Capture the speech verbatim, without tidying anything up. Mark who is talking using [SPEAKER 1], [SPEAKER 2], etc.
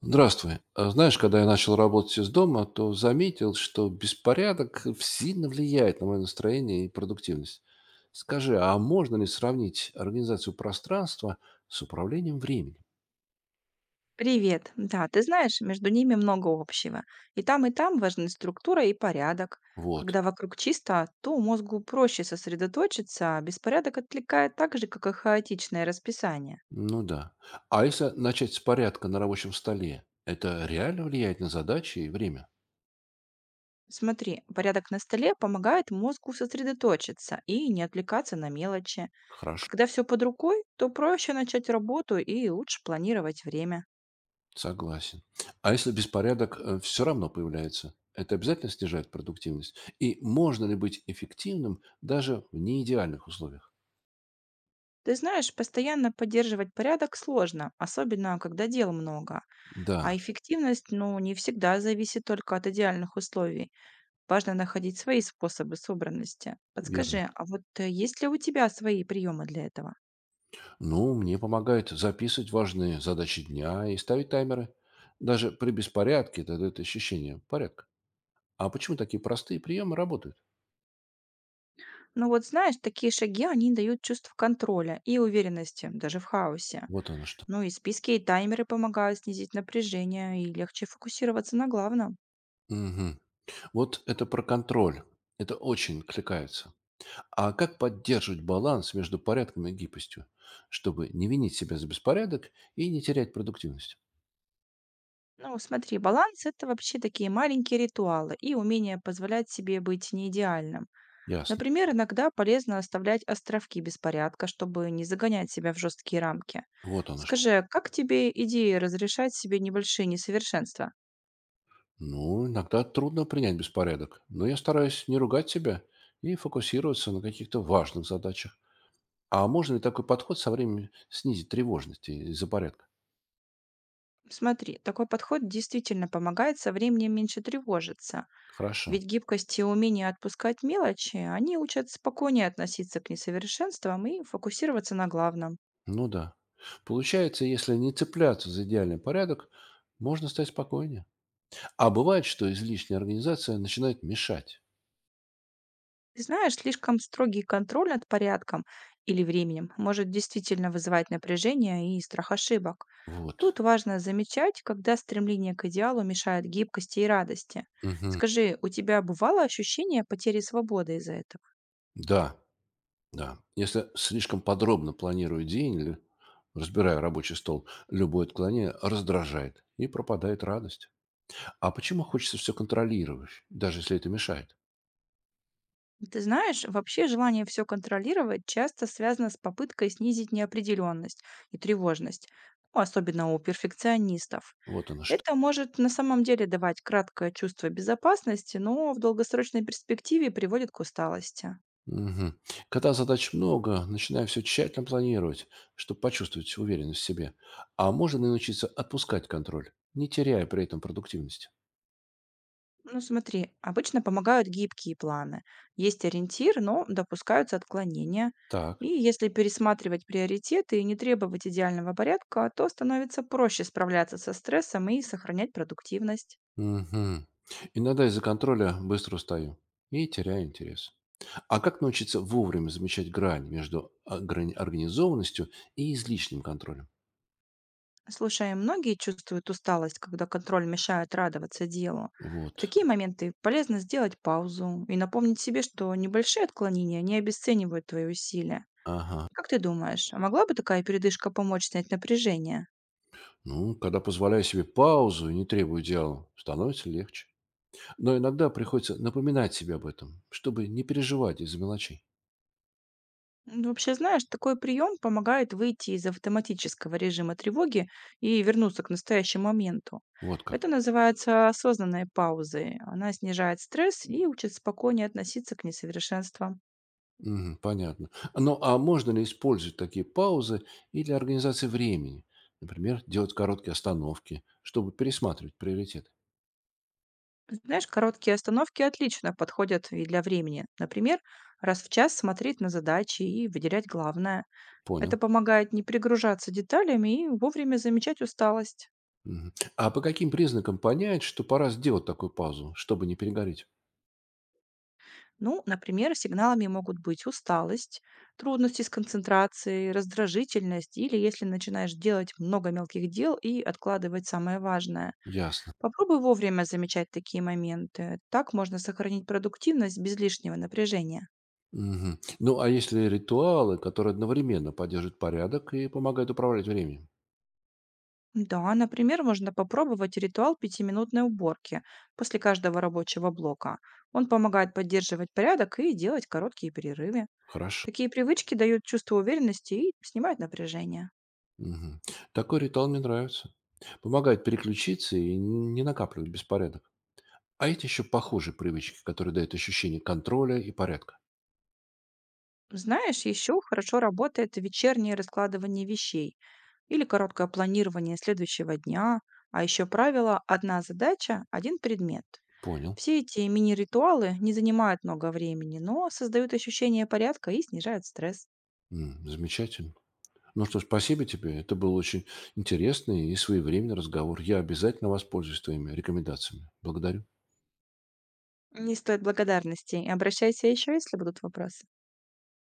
[SPEAKER 1] Здравствуй. А знаешь, когда я начал работать из дома, то заметил, что беспорядок сильно влияет на мое настроение и продуктивность. Скажи, а можно ли сравнить организацию пространства с управлением временем?
[SPEAKER 2] Привет. Да, ты знаешь, между ними много общего. И там, и там важны структура и порядок. Когда
[SPEAKER 1] Вот.
[SPEAKER 2] вокруг чисто, то мозгу проще сосредоточиться, а беспорядок отвлекает так же, как и хаотичное расписание.
[SPEAKER 1] Ну да. А если начать с порядка на рабочем столе, это реально влияет на задачи и время?
[SPEAKER 2] Смотри, порядок на столе помогает мозгу сосредоточиться и не отвлекаться на мелочи.
[SPEAKER 1] Хорошо.
[SPEAKER 2] Когда все под рукой, то проще начать работу и лучше планировать время.
[SPEAKER 1] Согласен. А если беспорядок все равно появляется, это обязательно снижает продуктивность? И можно ли быть эффективным даже в неидеальных условиях?
[SPEAKER 2] Ты знаешь, постоянно поддерживать порядок сложно, особенно когда дел много. А
[SPEAKER 1] Да,
[SPEAKER 2] эффективность, ну, не всегда зависит только от идеальных условий. Важно находить свои способы собранности.
[SPEAKER 1] верно.
[SPEAKER 2] Подскажи, а вот э, есть ли у тебя свои приемы для этого?
[SPEAKER 1] Ну, мне помогает записывать важные задачи дня и ставить таймеры. Даже при беспорядке это дает ощущение порядка. А почему такие простые приемы работают?
[SPEAKER 2] Ну вот знаешь, такие шаги, они дают чувство контроля и уверенности, даже в хаосе.
[SPEAKER 1] Вот оно что.
[SPEAKER 2] Ну и списки и таймеры помогают снизить напряжение и легче фокусироваться на главном.
[SPEAKER 1] Мгм. Вот это про контроль. Это очень кликается. А как поддерживать баланс между порядком и гибкостью, чтобы не винить себя за беспорядок и не терять продуктивность?
[SPEAKER 2] Ну смотри, баланс– это вообще такие маленькие ритуалы и умение позволять себе быть неидеальным.
[SPEAKER 1] Ясно.
[SPEAKER 2] Например, иногда полезно оставлять островки беспорядка, чтобы не загонять себя в жесткие рамки.
[SPEAKER 1] Вот оно что.
[SPEAKER 2] Скажи, а как тебе идея разрешать себе небольшие несовершенства?
[SPEAKER 1] Ну, иногда трудно принять беспорядок, но я стараюсь не ругать себя и фокусироваться на каких-то важных задачах. А можно ли такой подход со временем снизить тревожность из-за порядка?
[SPEAKER 2] Смотри, такой подход действительно помогает со временем меньше тревожиться.
[SPEAKER 1] Хорошо.
[SPEAKER 2] Ведь гибкость и умение отпускать мелочи, они учат спокойнее относиться к несовершенствам и фокусироваться на главном.
[SPEAKER 1] Ну да. Получается, если не цепляться за идеальный порядок, можно стать спокойнее. А бывает, что излишняя организация начинает мешать.
[SPEAKER 2] Ты знаешь, слишком строгий контроль над порядком или временем может действительно вызывать напряжение и страх ошибок.
[SPEAKER 1] Вот.
[SPEAKER 2] Тут важно замечать, когда стремление к идеалу мешает гибкости и радости.
[SPEAKER 1] Мгм.
[SPEAKER 2] Скажи, у тебя бывало ощущение потери свободы из-за этого?
[SPEAKER 1] Да, да. Если слишком подробно планирую день или разбираю рабочий стол, любое отклонение раздражает и пропадает радость. А почему хочется все контролировать, даже если это мешает?
[SPEAKER 2] Ты знаешь, вообще желание все контролировать часто связано с попыткой снизить неопределенность и тревожность, ну, особенно у перфекционистов.
[SPEAKER 1] Вот оно что.
[SPEAKER 2] Это может на самом деле давать краткое чувство безопасности, но в долгосрочной перспективе приводит к усталости.
[SPEAKER 1] Мгм. Когда задач много, начинаю все тщательно планировать, чтобы почувствовать уверенность в себе. А можно и научиться отпускать контроль, не теряя при этом продуктивность.
[SPEAKER 2] Ну смотри, обычно помогают гибкие планы. Есть ориентир, но допускаются отклонения. И
[SPEAKER 1] Так.
[SPEAKER 2] если пересматривать приоритеты и не требовать идеального порядка, то становится проще справляться со стрессом и сохранять продуктивность.
[SPEAKER 1] Мгм. Иногда из-за контроля быстро устаю и теряю интерес. А как научиться вовремя замечать грань между ограни- организованностью и излишним контролем?
[SPEAKER 2] Слушай, многие чувствуют усталость, когда контроль мешает радоваться делу. В
[SPEAKER 1] Вот.
[SPEAKER 2] такие моменты полезно сделать паузу и напомнить себе, что небольшие отклонения не обесценивают твои усилия.
[SPEAKER 1] Ага.
[SPEAKER 2] Как ты думаешь, а могла бы такая передышка помочь снять напряжение?
[SPEAKER 1] Ну, когда позволяю себе паузу и не требую идеала, становится легче. Но иногда приходится напоминать себе об этом, чтобы не переживать из-за мелочей.
[SPEAKER 2] Ну, вообще, знаешь, такой прием помогает выйти из автоматического режима тревоги и вернуться к настоящему моменту.
[SPEAKER 1] Вот
[SPEAKER 2] Это
[SPEAKER 1] как.
[SPEAKER 2] называется осознанной паузой. Она снижает стресс и учит спокойнее относиться к несовершенствам.
[SPEAKER 1] Мгм, понятно. Ну, а можно ли использовать такие паузы и для организации времени? Например, делать короткие остановки, чтобы пересматривать приоритеты.
[SPEAKER 2] Знаешь, короткие остановки отлично подходят и для времени. Например, раз в час смотреть на задачи и выделять главное. Это
[SPEAKER 1] Понял.
[SPEAKER 2] помогает не перегружаться деталями и вовремя замечать усталость.
[SPEAKER 1] Мгм. А по каким признакам понять, что пора сделать такую паузу, чтобы не перегореть?
[SPEAKER 2] Ну, например, сигналами могут быть усталость, трудности с концентрацией, раздражительность или если начинаешь делать много мелких дел и откладывать самое важное.
[SPEAKER 1] Ясно.
[SPEAKER 2] Попробуй вовремя замечать такие моменты. Так можно сохранить продуктивность без лишнего напряжения.
[SPEAKER 1] Мгм. Ну, а есть ли ритуалы, которые одновременно поддерживают порядок и помогают управлять временем?
[SPEAKER 2] Да, например, можно попробовать ритуал пятиминутной уборки после каждого рабочего блока. Он помогает поддерживать порядок и делать короткие перерывы.
[SPEAKER 1] Хорошо.
[SPEAKER 2] Такие привычки дают чувство уверенности и снимают напряжение.
[SPEAKER 1] Мгм. Такой ритуал мне нравится. Помогает переключиться и не накапливать беспорядок. А эти еще похожие привычки, которые дают ощущение контроля и порядка.
[SPEAKER 2] Знаешь, еще хорошо работает вечернее раскладывание вещей или короткое планирование следующего дня, а еще правило «одна задача– один предмет».
[SPEAKER 1] Понял.
[SPEAKER 2] Все эти мини-ритуалы не занимают много времени, но создают ощущение порядка и снижают стресс.
[SPEAKER 1] М, замечательно. Ну что ж, спасибо тебе. Это был очень интересный и своевременный разговор. Я обязательно воспользуюсь твоими рекомендациями. Благодарю.
[SPEAKER 2] Не стоит благодарности. И обращайся еще, если будут вопросы.